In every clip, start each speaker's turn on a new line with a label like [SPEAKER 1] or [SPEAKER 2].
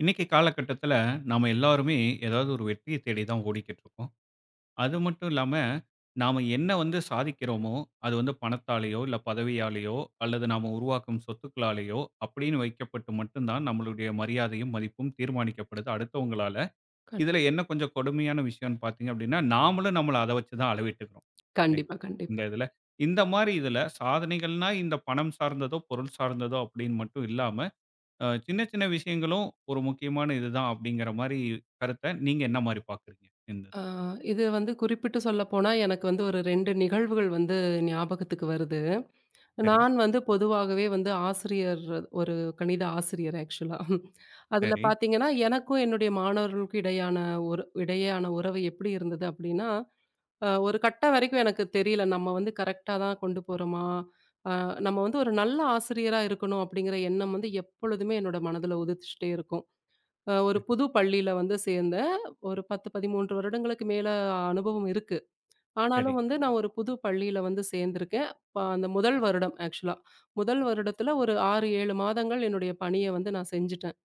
[SPEAKER 1] இன்னைக்கு காலகட்டத்துல நாம எல்லாருமே ஏதாவது ஒரு வெற்றியை தேடி தான் ஓடிக்கிட்டு இருக்கோம். அது மட்டும் இல்லாம, நாம என்ன வந்து சாதிக்கிறோமோ, அது வந்து பணத்தாலேயோ, இல்ல பதவியாலேயோ, அல்லது நாம உருவாக்கும் சொத்துக்களாலேயோ அப்படின்னு வைக்கப்பட்டு மட்டும் தான் நம்மளுடைய மரியாதையும், மதிப்பும் தீர்மானிக்கப்படுது அடுத்தவங்களால.
[SPEAKER 2] கண்
[SPEAKER 1] இதுல என்ன கொஞ்சம் கொடுமையான விஷயம்னு பார்த்தீங்க அப்படின்னா, நாமளும் நம்மள அத வச்சு தான் அளவிட்டுக்கிறோம். இல்லைங்களா?
[SPEAKER 2] கண்டிப்பா,
[SPEAKER 1] இந்த
[SPEAKER 2] கண்டிப்பா.
[SPEAKER 1] இதுல. இந்த மாரி இதுல சாதனைகள்னா இந்த பணம் சார்ந்ததோ, பொருள் சார்ந்ததோ அப்படின்னு மட்டும் இல்லாம, சின்ன சின்ன விஷயங்களும் ஒரு முக்கியமான இதுதான் அப்படிங்கிற மாரி கருத்த நீங்க என்ன மாரி பார்க்குறீங்க? இந்த
[SPEAKER 2] ஆ இது வந்து குறிப்பிட்டு சொல்லப்போனா, எனக்கு வந்து ஒரு 2 நிகழ்வுகள் வந்து ஞாபகத்துக்கு வருது.
[SPEAKER 1] சரி,
[SPEAKER 2] நான் வந்து பொதுவாகவே வந்து ஆசிரியர் ஒரு கணித ஆசிரியர் ஆக்சுவலா. அதில
[SPEAKER 1] சரி,
[SPEAKER 2] பார்த்தீங்கன்னா, எனக்கும் என்னுடைய மாணவர்களுக்கும் இடையான ஒரு இடையேயான உறவு எப்படி இருந்தது அப்படின்னா, ஒரு கட்டம் வரைக்கும் எனக்கு தெரியல. நம்ம வந்து கரெக்ட்டா தான் கொண்டு போறோமா? அ நம்ம வந்து ஒரு நல்ல ஆசிரியரா இருக்கணும் அப்படிங்கிற எண்ணம் வந்து எப்பொழுதுமே என்னோட மனதில உதிச்சுட்டே இருக்கும். ஒரு
[SPEAKER 1] சரி,
[SPEAKER 2] புது பள்ளியில வந்து சேர்ந்தேன். ஒரு 10, 13 வருடங்களுக்கு மேல அனுபவம் இருக்கு.
[SPEAKER 1] சரி.
[SPEAKER 2] ஆனாலும் வந்து நான் ஒரு புது பள்ளியில வந்து சேர்ந்திருக்கேன். அந்த முதல் வருடம் ஆக்சுவலா. முதல் வருடத்துல ஒரு 6, 7 மாதங்கள் என்னுடைய பணிய வந்து நான் செஞ்சுட்டேன்.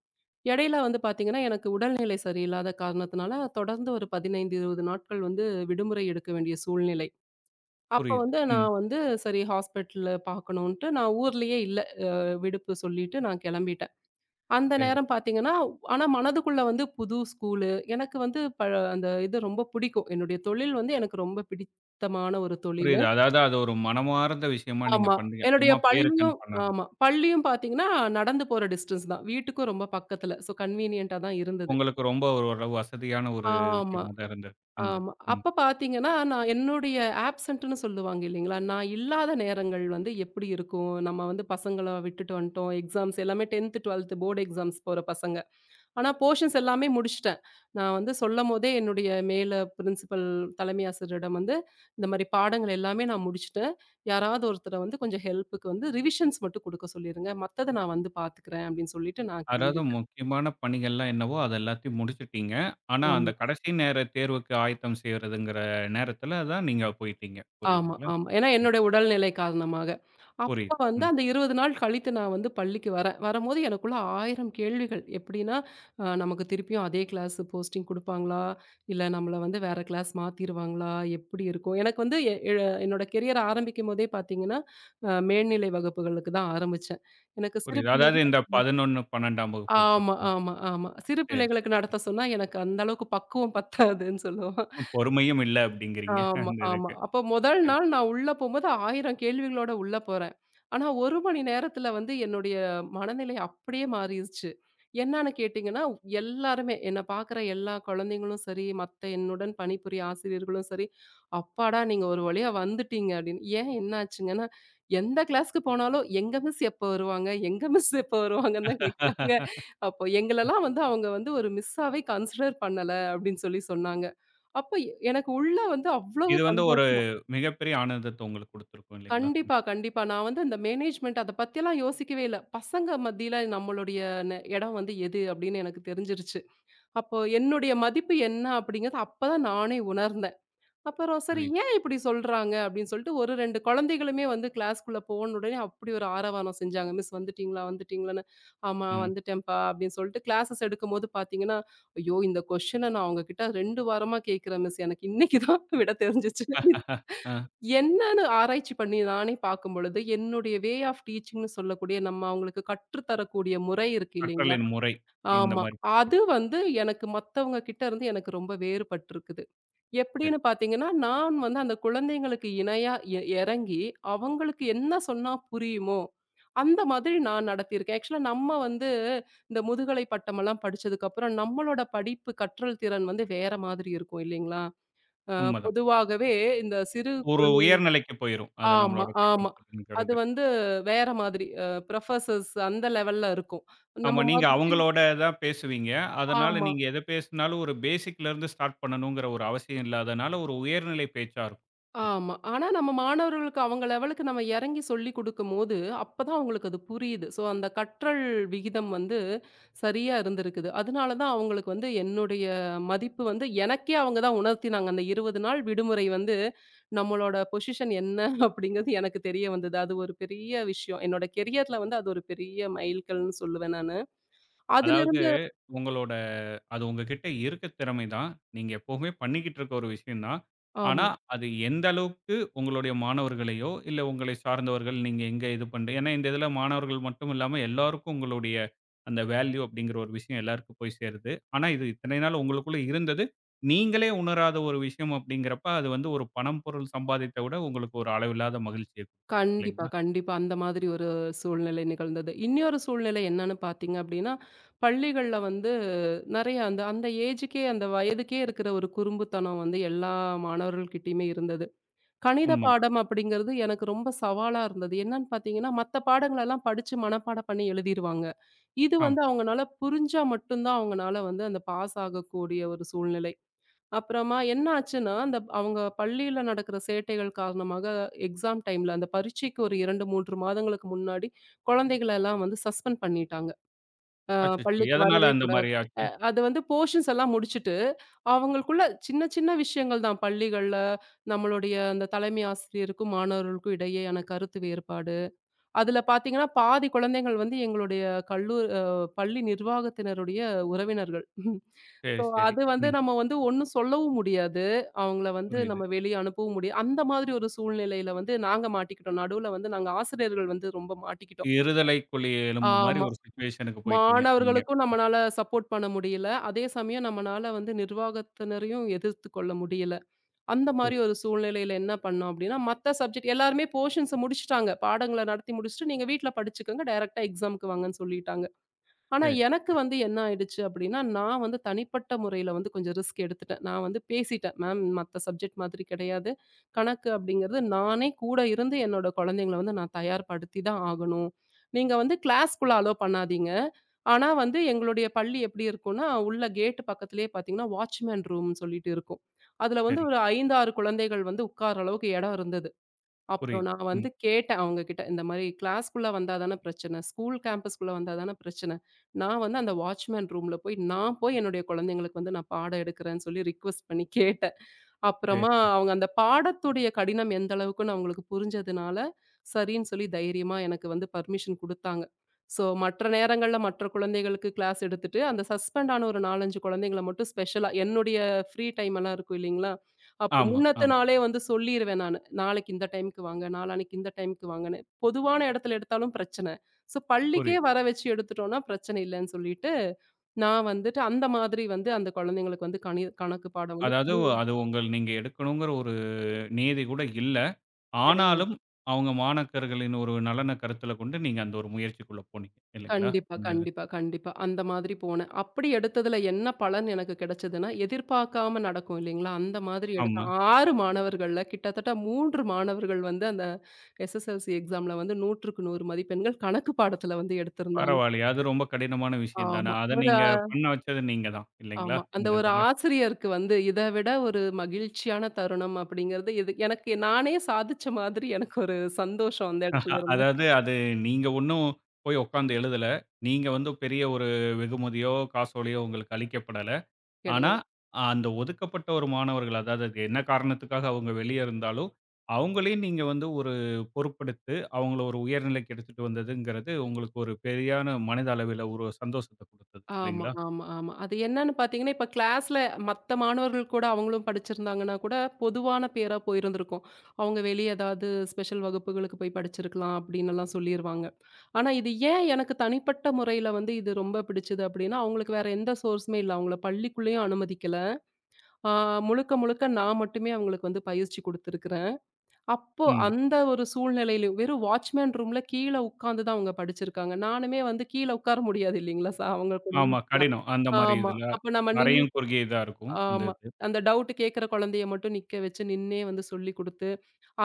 [SPEAKER 2] இடையில வந்து பார்த்தீங்கன்னா, எனக்கு உடல்நிலை சரியில்லாத காரணத்தினால தொடர்ந்து ஒரு 15, 20 நாட்கள் வந்து விடுமுறை எடுக்க வேண்டிய சூழ்நிலை. அப்ப
[SPEAKER 1] புரியுது.
[SPEAKER 2] வந்து
[SPEAKER 1] ம்.
[SPEAKER 2] நான் வந்து சரி ஹாஸ்பிட்டல் பார்க்கணுன்ட்டு நான் ஊர்லயே இல்ல. விடுப்பு சொல்லிட்டு நான் கிளம்பிட்டேன். அந்த
[SPEAKER 1] சரி.
[SPEAKER 2] நேரம் பார்த்தீங்கன்னா, ஆனா மனதுக்குள்ள வந்து புது ஸ்கூலு. எனக்கு வந்து அந்த இது ரொம்ப பிடிக்கும். என்னுடைய தொழில் வந்து எனக்கு ரொம்ப பிடித்தமான ஒரு தொழிலு.
[SPEAKER 1] புரியுது. அதாவது அது ஒரு மனமார்ந்த விஷயமா நீங்க
[SPEAKER 2] ஆமா.
[SPEAKER 1] பண்றீங்க.
[SPEAKER 2] என்னுடைய
[SPEAKER 1] சும்மா
[SPEAKER 2] பள்ளியும்
[SPEAKER 1] பேருக்குன்னு பண்ணாம.
[SPEAKER 2] ஆமா. பள்ளியும் பார்த்தீங்கன்னா, நடந்து போற டிஸ்டன்ஸ் தான். வீட்டுக்கும் ரொம்ப பக்கத்துல. ஸோ கன்வீனியன்ட்டா தான் இருந்தது.
[SPEAKER 1] உங்களுக்கு ரொம்ப ஒரு ஒரு வசதியான ஒரு
[SPEAKER 2] ஆமா,
[SPEAKER 1] விஷயமா தான் இருந்திருக்கு. இருந்தது.
[SPEAKER 2] ஆமா.
[SPEAKER 1] ம்.
[SPEAKER 2] அப்ப பார்த்தீங்கன்னா, நான் என்னுடைய ஆப்சன்ட்ன்னு சொல்லுவாங்க இல்லைங்களா? நான் இல்லாத நேரங்கள் வந்து எப்படி இருக்கும்? நம்ம வந்து பசங்கள விட்டுட்டு வந்துட்டோம். எக்ஸாம்ஸ் எல்லாமே 10த், 12த் போர்டு எக்ஸாம்ஸ் போற பசங்க. ஆனா, போர்ஷன்ஸ் எல்லாமே முடிச்சுட்டேன். நான் வந்து சொல்லும்போதே என்னுடைய மேல பிரின்சிபல் தலைமை ஆசிரியரிடம் வந்து, இந்த மாரி பாடங்கள் எல்லாமே நான் முடிச்சுட்டேன். யாராவது ஒருத்தர வந்து கொஞ்சம் ஹெல்ப்புக்கு வந்து ரிவிஷன்ஸ் மட்டும் குடுக்க சொல்லிருங்க. மத்தத நான் வந்து பாத்துக்கிறேன் அப்படின்னு சொல்லிட்டு நான்
[SPEAKER 1] அதாவது
[SPEAKER 2] கிளம்பிட்டேன்.
[SPEAKER 1] முக்கியமான பணிகள்லாம் என்னவோ அது எல்லாத்தையும் முடிச்சுட்டீங்க. ஆனா அந்த
[SPEAKER 2] ஆமா.
[SPEAKER 1] கடைசி நேர தேர்வுக்கு ஆயத்தம் செய்றதுங்கிற நேரத்துல தான் நீங்க போயிட்டீங்க.
[SPEAKER 2] ஆமா,
[SPEAKER 1] புரியுதுங்களா?
[SPEAKER 2] ஆமா. ஏன்னா
[SPEAKER 1] ம்.
[SPEAKER 2] என்னோட உடல்நிலை காரணமாக.
[SPEAKER 1] புரியுது.
[SPEAKER 2] அப்ப வந்து
[SPEAKER 1] ம்.
[SPEAKER 2] அந்த 20 நாள் கழித்து நான் வந்து பள்ளிக்கு வரேன். வரம்போது எனக்குள்ள 1000 கேள்விகள். எப்படின்னா, நமக்கு திருப்பியும் அதே கிளாஸ் போஸ்டிங் குடுப்பாங்களா? இல்ல நம்மள வந்து வேற கிளாஸ் மாத்திருவாங்களா? எப்படி இருக்கும்? எனக்கு வந்து எ எ என்னோட கெரியர் ஆரம்பிக்கும்போதே பார்த்தீங்கன்னா, மேல்நிலை வகுப்புகளுக்கு தான் ஆரம்பிச்சேன். எனக்கு சிறு
[SPEAKER 1] புரியுது. அதாவது
[SPEAKER 2] பிள்ளைகள்
[SPEAKER 1] இந்த 11, 12ஆம் வகுப்பு
[SPEAKER 2] ஆமா,
[SPEAKER 1] சொல்றீங்க.
[SPEAKER 2] ஆமா, ஆமா. சிறு
[SPEAKER 1] சரி.
[SPEAKER 2] பிள்ளைகளுக்கு நடத்த சொன்னா எனக்கு அந்த அளவுக்கு பக்குவம் பத்தாதுன்னு சொல்லுவோம்.
[SPEAKER 1] ம், பொறுமையும் இல்ல அப்படிங்கிறீங்க
[SPEAKER 2] ஆமா,
[SPEAKER 1] அந்த
[SPEAKER 2] ஆமா.
[SPEAKER 1] இதுக்கு.
[SPEAKER 2] அப்ப முதல் நாள் நான் உள்ள போம்போது 1000 கேள்விகளோட உள்ள போறேன். ஆனா 1 மணி நேரத்துல வந்து என்னுடைய மனநிலை அப்படியே மாறிருச்சு. என்னான்னு கேட்டீங்கன்னா, எல்லாருமே என்ன பார்க்குற எல்லா குழந்தைங்களும் சரி, மத்த என்னுடன் பணிபுரிய ஆசிரியர்களும் சரி, "அப்பாடா! நீங்க ஒரு வழியா வந்துட்டீங்க" அப்படின்னு. ஏன் என்ன ஆச்சுங்கன்னா, எந்த கிளாஸ்க்கு போனாலும் "எங்க மிஸ் எப்போ வருவாங்க? எங்க மிஸ் எப்போ வருவாங்கன்னு" தான் கேட்குறாங்க. அப்போ எங்களலாம் வந்து அவங்க வந்து ஒரு மிஸ்ஸாவே கன்சிடர் பண்ணல அப்படின்னு சொல்லி சொன்னாங்க. அப்ப எனக்கு உள்ள வந்து அவ்வளவு
[SPEAKER 1] இது வந்து ஒரு
[SPEAKER 2] சந்தோஷம்.
[SPEAKER 1] மிகப்பெரிய ஆனந்தத்த உங்களுக்கு குடுத்திருக்கும் இல்லைங்களா?
[SPEAKER 2] கண்டிப்பா,
[SPEAKER 1] எனக்கு
[SPEAKER 2] கண்டிப்பா. நான் வந்து இந்த மேனேஜ்மென்ட் அத பத்திலாம் யோசிக்கவே இல்ல. பசங்க மத்தியில நம்மளுடைய இடம் வந்து எது அப்படின்னு எனக்கு தெரிஞ்சிருச்சு. அப்போ என்னுடைய மதிப்பு என்ன அப்படிங்கிறது அப்பதான் நானே உணர்ந்தேன். அப்புறம் சரி
[SPEAKER 1] புரியுது.
[SPEAKER 2] ஏன் இப்படி சொல்றாங்க அப்படின்னு சொல்லிட்டு ஒரு 2 குழந்தைகளுமே வந்து கிளாஸ்க்குள்ள போன உடனே அப்படி ஒரு ஆரவாரம் செஞ்சாங்க. மிஸ் வந்துட்டீங்களா? வந்துட்டீங்களான்னு. ஆமா
[SPEAKER 1] ம்.
[SPEAKER 2] வந்துட்டேன்ப்பா அப்படின்னு சொல்லிட்டு கிளாஸஸ் எடுக்கும்போது பார்த்தீங்கன்னா, ஐயோ! இந்த கொஸ்டின நான் அவங்க கிட்ட 2 வாரமா கேட்கிறேன் மிஸ். எனக்கு இன்னைக்கு தான் விட தெரிஞ்சுச்சு.
[SPEAKER 1] அ
[SPEAKER 2] என்னன்னு ஆராய்ச்சி பண்ணி நானே பார்க்கும்பொழுது, என்னுடைய ஆஃப் டீச்சிங்ன்னு சொல்லக்கூடிய நம்ம அவங்களுக்கு கற்றுத் தரக்கூடிய முறை இருக்கு இல்லைங்களா?
[SPEAKER 1] கற்றலின் முறை இந்த
[SPEAKER 2] ஆமா.
[SPEAKER 1] மாரி கத்துக்
[SPEAKER 2] அது
[SPEAKER 1] குடுக்கும்.
[SPEAKER 2] வந்து எனக்கு மத்தவங்க கிட்ட இருந்து எனக்கு ரொம்ப வேறுபட்டிருக்குது.
[SPEAKER 1] சரி,
[SPEAKER 2] எப்படின்னு பார்த்தீங்கன்னா, நான் வந்து அந்த குழந்தைங்களுக்கு இணையா இறங்கி, அவங்களுக்கு என்ன சொன்னா புரியுமோ, அந்த மாதிரி நான் நடத்தியிருக்கேன். ஆக்சுவலா நம்ம வந்து இந்த முதுகலை பட்டமெல்லாம் படிச்சதுக்கப்புறம், நம்மளோட படிப்பு கற்றல் திறன் வந்து வேற மாதிரி இருக்கும் இல்லைங்களா? அ
[SPEAKER 1] உண்மதான்.
[SPEAKER 2] பொதுவாகவே இந்த சிறு
[SPEAKER 1] ஒரு
[SPEAKER 2] குழந்தை
[SPEAKER 1] உயர் நிலைக்கு போயிரும். அது
[SPEAKER 2] ஆமா,
[SPEAKER 1] நம்மளோட
[SPEAKER 2] ஆமா.
[SPEAKER 1] கற்றல்
[SPEAKER 2] அது
[SPEAKER 1] திறனுங்கிறது.
[SPEAKER 2] வந்து வேற மாதிரி. புரொஃபசர்ஸ் அந்த லெவல்ல இருக்கும். நம்ம
[SPEAKER 1] ஆமா, நீங்க
[SPEAKER 2] மறுபடியும்
[SPEAKER 1] அவங்களோட தான் பேசுவீங்க. அதனால
[SPEAKER 2] ஆமா.
[SPEAKER 1] நீங்க எத பேசினாலும் ஒரு பேசிக்ல இருந்து ஸ்டார்ட் பண்ணணுங்கிற ஒரு அவசியம் இல்லாதனால ஒரு உயர்நிலை பேச்சா இருக்கும். அது.
[SPEAKER 2] ஆமா. ஆனா நம்ம மாணவர்களுக்கு அவங்க லெவலுக்கு நம்ம இறங்கி சொல்லிக் குடுக்கும்போது, அப்பதான் அவங்களுக்கு அது புரியுது. ஸோ அந்த கற்றல் விகிதம் வந்து சரியா இருந்திருக்குது. அதனால தான் அவங்களுக்கு வந்து என்னுடைய மதிப்பு வந்து எனக்கே அவங்க தான் உணர்த்தினாங்க. அந்த 20 நாள் விடுமுறை வந்து நம்மளோட பொசிஷன் என்ன அப்படிங்கிறது எனக்கு தெரிய வந்தது. அது ஒரு பெரிய விஷயம். என்னோட கெரியர்ல வந்து அது ஒரு பெரிய மைல்கல்ன்னு சொல்லுவேன் நானு.
[SPEAKER 1] அதாவது
[SPEAKER 2] அதிலிருந்து
[SPEAKER 1] உங்களோட அது உங்ககிட்ட இருக்க திறமை தான். நீங்க எப்பவுமே பண்ணிக்கிட்டு இருக்க ஒரு விஷயம் தான். ஆனா,
[SPEAKER 2] ஆமா.
[SPEAKER 1] அது எந்த அளவுக்கு உங்களுடைய மாணவர்களையோ, இல்ல உங்களை சார்ந்தவர்கள் நீங்க எங்க இது பண்ற ஏன்னா இந்த இதில மாணவர்கள் மட்டும் இல்லாம எல்லாருக்கும் உங்களுடைய அந்த வேல்யூ அப்படிங்கிற ஒரு விஷயம் எல்லாருக்கும் போய் சேருது. ஆனா, இது இத்தனை நாள் உங்களுக்குள்ள இருந்தது. நீங்களே உணராத ஒரு விஷயம் அப்படிங்கிறப்ப, அது வந்து ஒரு பணம், பொருள் சம்பாதித்த விட உங்களுக்கு ஒரு அளவில்லாத மகிழ்ச்சிய குடுத்தது
[SPEAKER 2] கண்டிப்பா,
[SPEAKER 1] இல்லைங்களா?
[SPEAKER 2] கண்டிப்பா. அந்த மாதிரி ஒரு சூழ்நிலை நிகழ்ந்தது. இன்னொரு சூழ்நிலை என்னன்னு பார்த்தீங்க அப்டின்னா, பள்ளிகள்ல வந்து நெறைய அந்த அந்த ஏஜுக்கே அந்த வயதுக்கே இருக்கிற ஒரு குறும்புத்தனம் வந்து எல்லா மாணவர்கள்கிட்டயுமே இருந்தது. கணித
[SPEAKER 1] உண்மதான்.
[SPEAKER 2] பாடம் அப்படிங்கிறது எனக்கு ரொம்ப சவாலா இருந்தது. என்னன்னு பார்த்தீங்கன்னா, மத்த பாடங்களெல்லாம் படிச்சு மனப்பாடம் பண்ணி எழுதிருவாங்க. இது
[SPEAKER 1] ஆமா.
[SPEAKER 2] வந்து அவங்கனால புரிஞ்சா மட்டும் தான் அவங்கனால வந்து அந்த பாஸ் ஆகக்கூடிய ஒரு சூழ்நிலை. அப்புறமா என்ன ஆச்சுன்னா, அந்த அவங்க பள்ளியில நடக்கிற சேட்டைகள் காரணமாக எக்ஸாம் டைம்ல அந்த பரீட்சைக்கு ஒரு 2, 3 மாதங்களுக்கு முன்னாடி குழந்தைகள எல்லாம் வந்து சஸ்பெண்ட் பண்ணிட்டாங்க. அ
[SPEAKER 1] அச்சச்சோ!
[SPEAKER 2] பள்ளிக்கு
[SPEAKER 1] எதனால
[SPEAKER 2] வரவே
[SPEAKER 1] அந்த
[SPEAKER 2] கூடாது.
[SPEAKER 1] மாரி ஆச்சு?
[SPEAKER 2] அது வந்து போர்ஷன்ஸ் எல்லாம் முடிச்சுட்டு, அவங்களுக்குள்ள சின்ன சின்ன விஷயங்கள் தான் பள்ளிகள்ல நம்மளுடைய அந்த தலைமை ஆசிரியருக்கும், மாணவர்களுக்கும் இடையேயான கருத்து வேறுபாடு. அதுல பார்த்தீங்கன்னா, பாதி குழந்தைகள் வந்து எங்களுடைய கல்லூ அ பள்ளி நிர்வாகத்தினருடைய உறவினர்கள்.
[SPEAKER 1] சரி,
[SPEAKER 2] ஸோ
[SPEAKER 1] சரி.
[SPEAKER 2] அது வந்து
[SPEAKER 1] ம்.
[SPEAKER 2] நம்ம வந்து ஒண்ணும் சொல்லவும் முடியாது. அவங்கள வந்து
[SPEAKER 1] புரியுது.
[SPEAKER 2] நம்ம வெளிய அனுப்பவும் முடியாது. அந்த மாதிரி ஒரு சூழ்நிலையில வந்து நாங்க மாட்டிக்கிட்டோம். நடுவுல வந்து நாங்க ஆசிரியர்கள் வந்து ரொம்ப மாட்டிக்கிட்டோம்.
[SPEAKER 1] இருதலை குழி எலும்பு மாரி
[SPEAKER 2] ஆமா.
[SPEAKER 1] ஒரு சிச்சுவேஷனுக்கு போயிட்டீங்க நீங்க.
[SPEAKER 2] மாணவர்களுக்கும் நம்மனால சப்போர்ட் பண்ண முடியல. அதே சமயம் நம்மனால வந்து நிர்வாகத்தினரையும் எதிர்த்து கொள்ள முடியல. அந்த மாரி
[SPEAKER 1] புரியுது.
[SPEAKER 2] ஒரு சூழ்நிலையில என்ன பண்ணோம் அப்டின்னா, மத்த சப்ஜெக்ட் எல்லாருமே போர்ஷன்ஸ முடிச்சுட்டாங்க. பாடங்கள நடத்தி முடிச்சுட்டு, நீங்க வீட்ல படிச்சுக்கங்க. டைரக்ட்டா எக்ஸாம்க்கு வாங்கன்னு சொல்லிட்டாங்க. ஆனா,
[SPEAKER 1] சரி,
[SPEAKER 2] எனக்கு வந்து என்ன ஆயிடுச்சு அப்டின்னா, நான் வந்து தனிப்பட்ட முறையில வந்து கொஞ்சம் ரிஸ்க் எடுத்துட்டேன். நான் வந்து பேசிட்டேன். மேம் மத்த சப்ஜெக்ட் மாதிரி கிடையாது. கணக்கு அப்டிங்கிறது நானே கூட இருந்து என்னோட குழந்தைங்கள வந்து நான் தயார்படுத்தி தான் ஆகணும். நீங்க வந்து கிளாஸ்க்குள்ள அலோ பண்ணாதீங்க. ஆனா வந்து எங்களுடைய பள்ளி எப்டி இருக்கும்னா, உள்ள கேட் பக்கத்திலேயே பார்த்தீங்கன்னா, வாட்ச்மேன் ரூம்னு சொல்லிட்டு இருக்கும். அதுல வந்து
[SPEAKER 1] சரி.
[SPEAKER 2] ஒரு 5, 6 குழந்தைகள் வந்து உட்கார அளவுக்கு இடம் இருந்தது. அப்புறம்
[SPEAKER 1] புரியுது.
[SPEAKER 2] நான்
[SPEAKER 1] ம்.
[SPEAKER 2] வந்து கேட்டேன் அவங்ககிட்ட, "இந்த மாரி கிளாஸ்க்குள்ள வந்தா தான பிரச்சனை. ஸ்கூல் கேம்பஸ்க்குள்ள வந்தா தான பிரச்சனை. நான் வந்து அந்த வாட்ச்மேன் ரூம்ல போய் நான் போய் என்னுடைய குழந்தைங்களுக்கு வந்து நான் பாடம் எடுக்கிறேன்னு" சொல்லி ரிக்வெஸ்ட் பண்ணி கேட்டேன்.
[SPEAKER 1] சரி,
[SPEAKER 2] அப்புறமா
[SPEAKER 1] சரி.
[SPEAKER 2] அவங்க அந்த பாடத்துடைய கடினம் எந்த அளவுக்குன்னு அவங்களுக்கு புரிஞ்சதுனால, சரின்னு சொல்லி தைரியமா எனக்கு வந்து பர்மிஷன் குடுத்தாங்க. ஸோ மற்ற நேரங்கள்ல மற்ற குழந்தைகளுக்கு கிளாஸ் எடுத்துட்டு, அந்த சஸ்பெண்ட் ஆன ஒரு 4, 5 குழந்தைங்கள மட்டும் ஸ்பெஷலா என்னுடைய ஃப்ரீ டைம் எல்லாம் இருக்கும் இல்லைங்களா? அப்போ
[SPEAKER 1] ஆமா,
[SPEAKER 2] முன்னத்த
[SPEAKER 1] ஆமா.
[SPEAKER 2] நாளே வந்து சொல்லிருவேன் நானு. நாளைக்கு இந்த டைம்க்கு வாங்க, நாளான்னைக்கு இந்த டைம்க்கு வாங்கன்னு. பொதுவான இடத்துல எடுத்தாலும் பிரச்சனை. ஸோ பள்ளிக்கே
[SPEAKER 1] புரியுது.
[SPEAKER 2] வர வச்சு எடுத்துட்டோம்னா பிரச்சனை இல்லன்னு சொல்லிட்டு, நான் வந்துட்டு அந்த மாதிரி வந்து அந்த குழந்தைங்களுக்கு வந்து கணக்கு பாடம் வந்து
[SPEAKER 1] அதாவது அது உங்கள் நீங்க எடுக்கணுங்கிற ஒரு நியதி கூட இல்ல.
[SPEAKER 2] கிடையாது.
[SPEAKER 1] ஆனாலும் அவங்க மாணாக்கர்களின் ஒரு நலன கருத்தில கொண்டு நீங்க அந்த ஒரு முயற்சிக்குள்ள போனீங்க. இல்லைங்களா?
[SPEAKER 2] கண்டிப்பா,
[SPEAKER 1] இந்த இது.
[SPEAKER 2] கண்டிப்பா, கண்டிப்பா. அந்த மாதிரி போனேன். அப்படி எடுத்ததுல என்ன பலன் எனக்கு கிடைச்சதுன்னா, எதிர்பார்க்காம நடக்கும் இல்லைங்களா? அந்த மாதிரி எடுத்த
[SPEAKER 1] ஆமா.
[SPEAKER 2] 6 மாணவர்கள்ல கிட்டத்தட்ட 3 மாணவர்கள் வந்து அந்த எஸ்எஸ்எல்சி எக்ஸாம்ல வந்து 100க்கு 100 மதிப்பெண்கள் கணக்கு பாடத்துல வந்து எடுத்திருந்தாங்க.
[SPEAKER 1] பரவாயில்லையே. அது ரொம்ப கடினமான விஷயம் தானே.
[SPEAKER 2] ஆமா.
[SPEAKER 1] அத
[SPEAKER 2] ஒரு
[SPEAKER 1] நீங்க
[SPEAKER 2] அ
[SPEAKER 1] பண்ண வச்சது நீங்க தான். இல்லைங்களா?
[SPEAKER 2] ஆமா. அந்த
[SPEAKER 1] இந்த
[SPEAKER 2] ஒரு
[SPEAKER 1] இதில.
[SPEAKER 2] ஆசிரியருக்கு வந்து இத விட ஒரு மகிழ்ச்சியான தருணம் அப்படிங்கிறது இது எனக்கு நானே சாதிச்ச மாதிரி எனக்கு ஒரு சந்தோஷம் அந்த இடத்துல இருந்து
[SPEAKER 1] அதாவது அது நீங்க ஒண்ணும் போய் உட்கார்ந்து எழுதல. நீங்க வந்து பெரிய ஒரு வெகுமதியோ, காசோலையோ உங்களுக்கு அளிக்கப்படல. ஆனா,
[SPEAKER 2] கிடையாது.
[SPEAKER 1] அந்த ஒதுக்கப்பட்ட ஒரு மாணவர்கள், அதாவது அது என்ன காரணத்துக்காக அவங்க வெளியே இருந்தாலும், அவங்களையும் நீங்க வந்து ஒரு பொறுப்பெடுத்து, அவங்கள ஒரு உயர்நிலைக்கு எடுத்துட்டு வந்ததுங்கிறது, உங்களுக்கு ஒரு பெரியான மனித அளவில ஒரு சந்தோஷத்த குடுத்தது
[SPEAKER 2] ஆமா,
[SPEAKER 1] இல்லைங்களா?
[SPEAKER 2] ஆமா, ஆமா. அது என்னன்னு பார்த்தீங்கன்னா, இப்ப கிளாஸ்ல மத்த மாணவர்கள் கூட அவங்களும் படிச்சிருந்தாங்கன்னா கூட பொதுவான பேரா போயிருந்திருக்கும். அவங்க வெளிய ஏதாவது ஸ்பெஷல் வகுப்புகளுக்கு போய் படிச்சிருக்கலாம் அப்படின்னுலாம் சொல்லிருவாங்க. ஆனா இது ஏன் எனக்கு தனிப்பட்ட முறையில வந்து இது ரொம்ப பிடிச்சது அப்படின்னா, அவங்களுக்கு வேற எந்த சோர்ஸுமே இல்ல. அவங்கள பள்ளிக்குள்ளேயும் அனுமதிக்கல. ஆ முழுக்க, முழுக்க நான் மட்டுமே அவங்களுக்கு வந்து பயிற்சி குடுத்துருக்கிறேன். அப்போ
[SPEAKER 1] ம்.
[SPEAKER 2] அந்த ஒரு சூழ்நிலையிலும் வெறும் வாட்ச்மேன் ரூம்ல கீழ உட்காந்து தான் அவங்க படிச்சிருக்காங்க. நானுமே வந்து கீழ உட்கார முடியாது இல்லைங்களா? அவங்க கூட
[SPEAKER 1] ஆமா
[SPEAKER 2] ஈக்குவலா.
[SPEAKER 1] கடினம். அந்த மாரி
[SPEAKER 2] ஆமா.
[SPEAKER 1] இதுல,
[SPEAKER 2] அப்ப நம்ம நின்னு
[SPEAKER 1] அரையும் குறுகிய இதா இருக்கும். அந்த
[SPEAKER 2] ஆமா.
[SPEAKER 1] இது.
[SPEAKER 2] அந்த டவுட் கேட்கிற குழந்தைய மட்டும் நிக்க வச்சு நின்னே வந்து சொல்லிக் குடுத்து,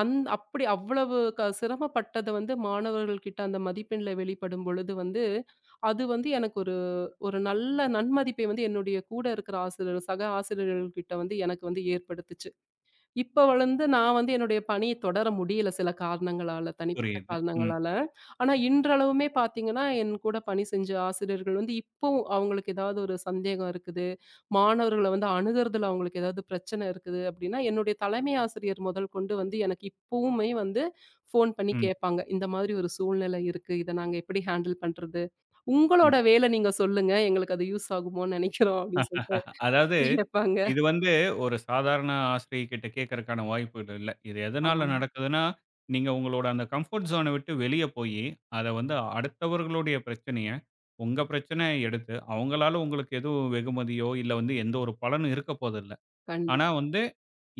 [SPEAKER 2] அப்படி அவ்வளவு சிரமப்பட்டது வந்து மாணவர்கள் கிட்ட அந்த மதிப்பெண்ல வெளிப்படும் பொழுது வந்து, அது வந்து எனக்கு ஒரு ஒரு நல்ல நன்மதிப்பை வந்து என்னுடைய கூட இருக்கிற ஆசிரியர், சக ஆசிரியர்கள் கிட்ட வந்து எனக்கு வந்து ஏற்படுத்துச்சு. இப்ப வளந்து நான் வந்து என்னுடைய பணி தொடர முடியல சில காரணங்களால, தனிப்பட்ட
[SPEAKER 1] புரியுது. ம்,
[SPEAKER 2] காரணங்களால. ஆனா இன்றளவுமே பார்த்தீங்கன்னா, என் கூட பணி செஞ்ச ஆசிரியர்கள் வந்து இப்பவும் அவங்களுக்கு ஏதாவது ஒரு சந்தேகம் இருக்குது, மாணவர்கள வந்து அணுகுறதுல அவங்களுக்கு ஏதாவது பிரச்சனை இருக்குது அப்படின்னா, என்னுடைய தலைமை ஆசிரியர் முதல் கொண்டு வந்து எனக்கு இப்பவுமே வந்து ஃபோன் பண்ணி
[SPEAKER 1] ம்,
[SPEAKER 2] கேட்பாங்க. இந்த மாதிரி ஒரு சூழ்நிலை இருக்கு. இத நாங்க எப்படி ஹேண்டில் பண்றது?
[SPEAKER 1] ம்.
[SPEAKER 2] உங்களோட வேல நீங்க சொல்லுங்க. எங்களுக்கு அது யூஸ் ஆகுமோன்னு நினைக்கிறோம் அப்படின்னு சொல்லிட்டு
[SPEAKER 1] அதாவது
[SPEAKER 2] கேட்பாங்க.
[SPEAKER 1] இது வந்து ஒரு சாதாரண ஆசிரியை கிட்ட கேட்கறக்கான வாய்ப்புகள் இல்ல. இது
[SPEAKER 2] ஆமா.
[SPEAKER 1] எதனால நடக்குதுன்னா, நீங்க உங்களோட அந்த கம்ஃபோர்ட் ஜோன விட்டு வெளிய போயி, அத வந்து அடுத்தவர்களுடைய பிரச்சனைய, உங்க பிரச்சனைய எடுத்து, அவங்களால உங்களுக்கு எதுவும் வெகுமதியோ, இல்ல வந்து எந்த ஒரு பலனும் இருக்க போதில்ல. ஆனா
[SPEAKER 2] கண்டிப்பா,
[SPEAKER 1] வந்து,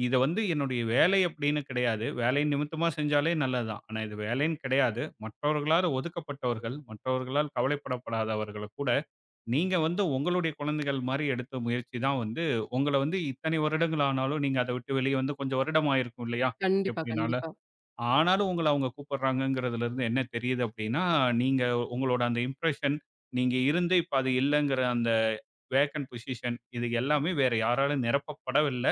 [SPEAKER 1] இத வந்து என்னுடைய வேலை அப்படின்னு கிடையாது. வேலை நிமித்தமா செஞ்சாலே நல்லதுதான். ஆனா இது வேலைன்னு கிடையாது. மற்றவர்களால் ஒதுக்கப்பட்டவர்கள், மற்றவர்களால் கவலைப்படப்படாதவர்கள கூட நீங்க வந்து உங்களுடைய குழந்தைகள் மாரி எடுத்த முயற்சி தான் வந்து, உங்கள வந்து இத்தனை வருடங்கள் ஆனாலும் நீங்க அத விட்டு வெளிய வந்து கொஞ்சம் வருடம் ஆயிருக்கும் இல்லையா?
[SPEAKER 2] கண்டிப்பா,
[SPEAKER 1] எப்படினாலும்.
[SPEAKER 2] கண்டிப்பா.
[SPEAKER 1] ஆனாலும் உங்கள அவங்க கூப்பிடுறாங்கங்கிறதுலருந்து என்ன தெரியுது அப்படின்னா, நீங்க உங்களோட அந்த இம்ப்ரஷன், நீங்க இருந்து இப்ப அது இல்லங்கிற அந்த வேக்கன்ட் பொசிஷன் இது எல்லாமே வேற யாராலும் நிரப்பப்படவில்ல.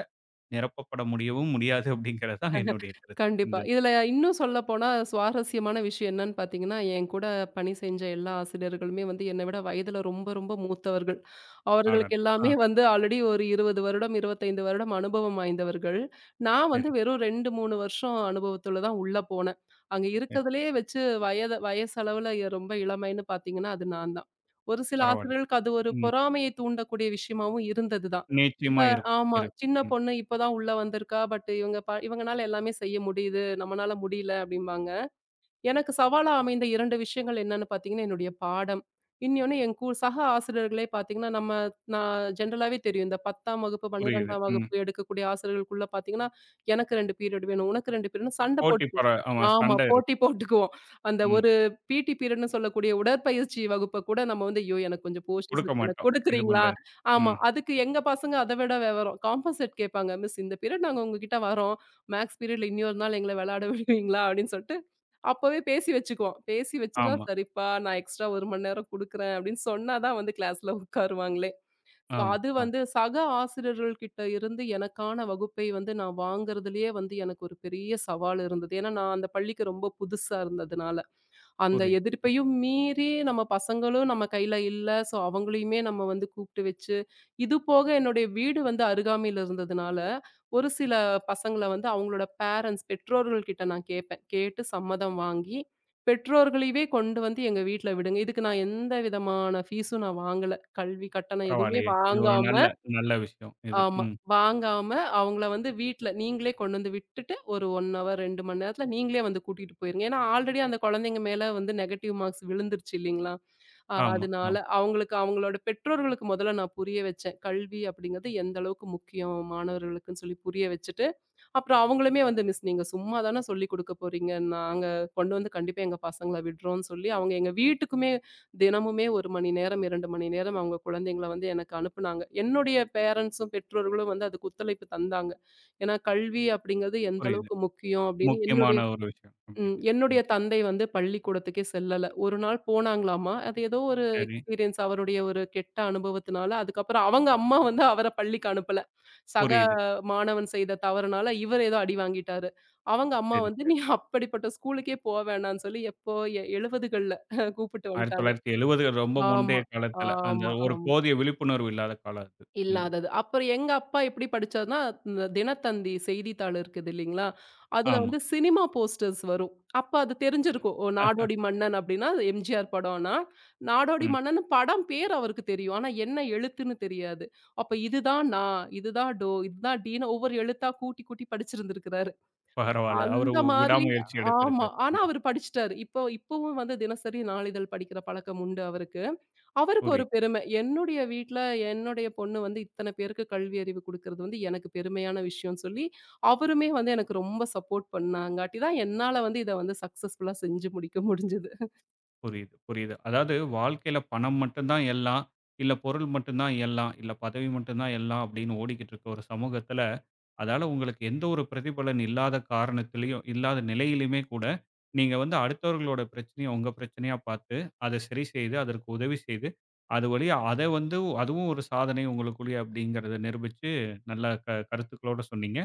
[SPEAKER 1] நிரப்பப்பட முடியவும் முடியாது அப்படிங்கிறது தான் என்னுடைய கருத்து.
[SPEAKER 2] கண்டிப்பா.
[SPEAKER 1] இந்த
[SPEAKER 2] இதுல இன்னும் சொல்லப்போனா சுவாரஸ்யமான விஷயம் என்னன்னு பார்த்தீங்கன்னா, என் கூட பணி செஞ்ச எல்லா ஆசிரியர்களுமே வந்து என்னை விட வயதுல ரொம்ப ரொம்ப மூத்தவர்கள். அவர்களுக்கு
[SPEAKER 1] அடடா! ஆ
[SPEAKER 2] எல்லாமே வந்து ஆல்ரெடி ஒரு 20 வருடம், 25 வருடம் அனுபவம் வாய்ந்தவர்கள். நான்
[SPEAKER 1] சரி,
[SPEAKER 2] வந்து வெறும் 2, 3 வருஷம் அனுபவத்துல தான் உள்ள போனேன். அங்க
[SPEAKER 1] சரி.
[SPEAKER 2] இருக்கிறதுலயே வச்சு வயசளவுல ரொம்ப இளமைன்னு பார்த்தீங்கன்னா, அது நான் தான். ஒரு சில
[SPEAKER 1] பரவாயில்லை.
[SPEAKER 2] ஆசிரியர்களுக்கு அது ஒரு
[SPEAKER 1] ம்.
[SPEAKER 2] பொறாமையை தூண்டக்கூடிய விஷயமாவும் இருந்தது தான். இவ
[SPEAKER 1] நிச்சயமா இருக்கும்.
[SPEAKER 2] ஆமா.
[SPEAKER 1] இருக்கு.
[SPEAKER 2] சின்ன
[SPEAKER 1] ம்.
[SPEAKER 2] பொண்ணு இப்ப தான் உள்ள வந்திருக்கா. பட் இவங்க இவங்கனால எல்லாமே செய்ய முடியுது. நம்மனால முடியல அப்டிம்பாங்க. எனக்கு சவாலா அமைந்த 2 விஷயங்கள் என்னன்னு பார்த்தீங்கன்னா, என்னுடைய பாடம். இன்னொன்னு என் சக ஆசிரியர்களே பார்த்தீங்கன்னா, நான் ஜென்ரலாவே தெரியும். இந்த 10ஆம் வகுப்பு,
[SPEAKER 1] புரியுது.
[SPEAKER 2] 12ஆம்
[SPEAKER 1] ம்.
[SPEAKER 2] வகுப்பு எடுக்கக்கூடிய ஆசிரியர்களுக்குள்ள பார்த்தீங்கன்னா, எனக்கு 2 பீரியட் வேணும், உனக்கு 2 பீரியட்னு சண்டை
[SPEAKER 1] போட்டி
[SPEAKER 2] போட்டுக்குவோம்.
[SPEAKER 1] ஆமா
[SPEAKER 2] ஆமா.
[SPEAKER 1] சண்டை
[SPEAKER 2] போட்டி
[SPEAKER 1] இருக்கும்.
[SPEAKER 2] போட்டுக்குவோம். அந்த
[SPEAKER 1] ம்.
[SPEAKER 2] ஒரு பீரியட்ன்னு சொல்லக்கூடிய உடற்பயிற்சி வகுப்ப கூட நம்ம வந்து, "ஐயோ! எனக்கு கொஞ்சம் போர்ஷன்ஸ்
[SPEAKER 1] குடுக்க
[SPEAKER 2] இருக்கு. எனக்கு
[SPEAKER 1] மாட்டோம். இது
[SPEAKER 2] கொடுக்குறீங்களா?"
[SPEAKER 1] பண்றது.
[SPEAKER 2] ஆமா.
[SPEAKER 1] ம்.
[SPEAKER 2] அதுக்கு எங்க பசங்க அத விட விவரம். காம்பன்சேட் கேட்பாங்க. "மிஸ் இந்த பீரியட் நாங்க உங்ககிட்ட வரோம். மேத்ஸ் பீரியட்ல இன்னொரு நாள் எங்கள விளையாட விடுவீங்களா?" அப்படின்னு சொல்லிட்டு அப்பவே பேசி வச்சுக்குவோம். பேசி வச்சுதான்,
[SPEAKER 1] ஆமா,
[SPEAKER 2] "சரிப்பா, நான் எக்ஸ்ட்ரா 1 மணி நேரம் குடுக்குறேன்" அப்படின்னு சொன்னா தான் வந்து கிளாஸ்ல உட்காருவாங்களே. ஸோ
[SPEAKER 1] ஆமா,
[SPEAKER 2] அது
[SPEAKER 1] ஆமா.
[SPEAKER 2] வந்து சக ஆசிரியர்கள் கிட்ட இருந்து எனக்கான வகுப்பை வந்து நான் வாங்குறதுலயே வந்து எனக்கு ஒரு பெரிய சவால் இருந்தது. ஏன்னா, நான் அந்த பள்ளிக்கு ரொம்ப புதுசா இருந்ததுனால. அந்த
[SPEAKER 1] புரியுது.
[SPEAKER 2] எதிர்ப்பையும் மீறி நம்ம பசங்களும் நம்ம கையில இல்ல. ஸோ அவங்களையுமே நம்ம வந்து கூப்பிட்டு வச்சு, இது போக என்னுடைய வீடு வந்து அருகாமையில இருந்ததுனால, ஒரு சில பசங்கள வந்து அவங்களோட பேரண்ட்ஸ், பெற்றோர்கள் கிட்ட நான் கேட்பேன். கேட்டு சம்மதம் வாங்கி, பெற்றோர்களையவே கொண்டு வந்து எங்க வீட்ல விடுங்க. இதுக்கு நான் எந்த விதமான ஃபீஸும் நான் வாங்கல. கல்வி கட்டணம் எதுவுமே
[SPEAKER 1] பரவாயில்லையே! இது ஒரு
[SPEAKER 2] வாங்காம
[SPEAKER 1] நல்ல நல்ல விஷயம் இது.
[SPEAKER 2] ஆமா.
[SPEAKER 1] ம்.
[SPEAKER 2] வாங்காம அவங்கள வந்து வீட்ல நீங்களே கொண்டு வந்து விட்டுட்டு, ஒரு 1 ஹவர் 2 மணி நேரத்துல நீங்களே வந்து கூட்டிட்டு போயிருங்க. ஏன்னா, ஆல்ரெடி அந்த குழந்தைங்க மேல வந்து நெகட்டிவ் மார்க்ஸ் விழுந்துருச்சு இல்லைங்களா?
[SPEAKER 1] ஆமா,
[SPEAKER 2] அதனால
[SPEAKER 1] ஆமா.
[SPEAKER 2] அவங்களுக்கு அவங்களோட பெற்றோர்களுக்கு முதல்ல நான் புரிய வச்சேன். கல்வி அப்படிங்கிறது எந்த அளவுக்கு முக்கியம் மாணவர்களுக்குன்னு சொல்லி புரிய வச்சுட்டு, அப்புறம் அவங்களுமே வந்து "மிஸ் நீங்க சும்மா தானே சொல்லிக் குடுக்க போறீங்க. நாங்க கொண்டு வந்து கண்டிப்பா எங்க பசங்கள விடுறோம்ன்னு" சொல்லி அவங்க எங்க வீட்டுக்குமே தினமுமே 1 மணி நேரம், 2 மணி நேரம் அவங்க குழந்தைங்கள வந்து எனக்கு அனுப்புனாங்க. என்னுடைய பேரன்ட்ஸும், பெற்றோர்களும் வந்து அதுக்கு ஒத்துழைப்பு தந்தாங்க. ஏன்னா கல்வி அப்படிங்கிறது எந்த
[SPEAKER 1] புரியுது.
[SPEAKER 2] அளவுக்கு முக்கியம் அப்படின்னு
[SPEAKER 1] முக்கியமான
[SPEAKER 2] என்னுடைய
[SPEAKER 1] ஒரு விஷயம்
[SPEAKER 2] ம்.
[SPEAKER 1] அப்படின்னு.
[SPEAKER 2] என்னுடைய
[SPEAKER 1] ம்.
[SPEAKER 2] தந்தை வந்து பள்ளிக்கூடத்துக்கே செல்லல. ஒரு நாள் போனாங்களாமா. அது ஏதோ ஒரு
[SPEAKER 1] சரி.
[SPEAKER 2] எக்ஸ்பீரியன்ஸ் அவருடைய ஒரு கெட்ட அனுபவத்தினால, அதுக்கப்புறம் அவங்க அம்மா வந்து அவர பள்ளிக்கு அனுப்பல. சக
[SPEAKER 1] புரியுது.
[SPEAKER 2] மாணவன் செய்த தவறுனால இவர் ஏதோ அடி வாங்கிட்டாரு. அவங்க அம்மா
[SPEAKER 1] சரி,
[SPEAKER 2] வந்து, "நீ
[SPEAKER 1] சரி.
[SPEAKER 2] அப்படிப்பட்ட ஸ்கூலுக்கே போ வேணான்னு" சொல்லி எப்போ 70கள்ல கூப்பிட்டு வந்துட்டாங்க.
[SPEAKER 1] 1970 ரொம்ப முந்தைய
[SPEAKER 2] ஆமா,
[SPEAKER 1] காலத்துல. அந்த
[SPEAKER 2] ஆமா,
[SPEAKER 1] ஒரு
[SPEAKER 2] ஆமா.
[SPEAKER 1] போதிய விழிப்புணர்வு இல்லாத காலம் அது. ம்.
[SPEAKER 2] இல்லாதது. அப்புறம் எங்க அப்பா எப்படி படிச்சாருன்னா, இந்த தினத்தந்தி செய்தித்தாள் இருக்குது இல்லைங்களா? அதுல
[SPEAKER 1] ஆமா.
[SPEAKER 2] வந்து சினிமா போஸ்டர்ஸ் வரும். அப்ப அது தெரிஞ்சிருக்கும். ஓ!
[SPEAKER 1] அ.
[SPEAKER 2] நாடோடி மன்னன் அப்படின்னா, அது எம்ஜிஆர் படம்னா, நாடோடி
[SPEAKER 1] ம்.
[SPEAKER 2] மன்னன் படம் பேர் அவருக்கு தெரியும். ஆனா என்ன எழுத்துன்னு தெரியாது. அப்ப இதுதான் நா, இதுதான் டோ, இதுதான் டீன்னு ஒவ்வொரு எழுத்தா கூட்டி, கூட்டி படிச்சிருந்திருக்கிறாரு.
[SPEAKER 1] பரவால்ல. அவரு
[SPEAKER 2] அந்த மாதிரி
[SPEAKER 1] விடாமுயற்சி
[SPEAKER 2] ஆமா.
[SPEAKER 1] எடுத்திருக்காரு.
[SPEAKER 2] ஆனா
[SPEAKER 1] ம்.
[SPEAKER 2] அவரு படிச்சுட்டாரு. இப்போ இப்பவும் வந்து தினசரி நாளிதழ் படிக்கிற பழக்கம் உண்டு அவருக்கு. அவருக்கு ஒரு
[SPEAKER 1] புரியுது.
[SPEAKER 2] பெருமை. என்னுடைய வீட்ல என்னுடைய பொண்ணு வந்து இத்தன பேருக்கு கல்வி அறிவு குடுக்குறது வந்து எனக்கு பெருமையான விஷயம்னு சொல்லி, அவருமே வந்து எனக்கு ரொம்ப சப்போர்ட் பண்ணாங்காட்டி தான் என்னால வந்து இத வந்து சக்சஸ்ஃபுல்லா செஞ்சு முடிக்க முடிஞ்சது.
[SPEAKER 1] புரியுது, புரியுது. அதாவது வாழ்க்கையில பணம் மட்டும் தான் எல்லாம், இல்ல பொருள் மட்டும் தான் எல்லாம், இல்ல பதவி மட்டும் தான் எல்லாம் அப்படின்னு ஓடிக்கிட்டு இருக்க ஒரு சமூகத்துல, அதால உங்களுக்கு எந்த ஒரு பிரதிபலன் இல்லாத காரணத்திலயும், இல்லாத நிலையிலுமே கூட, நீங்க வந்து அடுத்தவர்களோட பிரச்சனைய உங்க பிரச்சனையா பார்த்து, அதை சரி செய்து, அதற்கு உதவி செய்து, அது வழியா அத வந்து அதுவும் ஒரு சாதனை உங்களுக்குள்ளயே அப்படிங்கிறத நிரூபிச்சு, நல்ல கருத்துக்களோட சொன்னீங்க.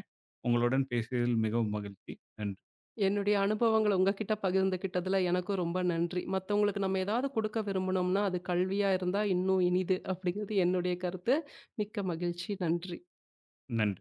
[SPEAKER 1] உங்களுடன் பேசியதில் மிகவும் மகிழ்ச்சி. நன்றி.
[SPEAKER 2] என்னுடைய அனுபவங்கள உங்ககிட்ட பகிர்ந்துக்கிட்டதுல எனக்கும் ரொம்ப நன்றி. மத்தவங்களுக்கு நம்ம ஏதாவது குடுக்க விரும்புனோம்னா, அது கல்வியா இருந்தா இன்னும் இனிது அப்படிங்கிறது என்னுடைய கருத்து. மிக்க மகிழ்ச்சி. நன்றி.
[SPEAKER 1] நன்றி.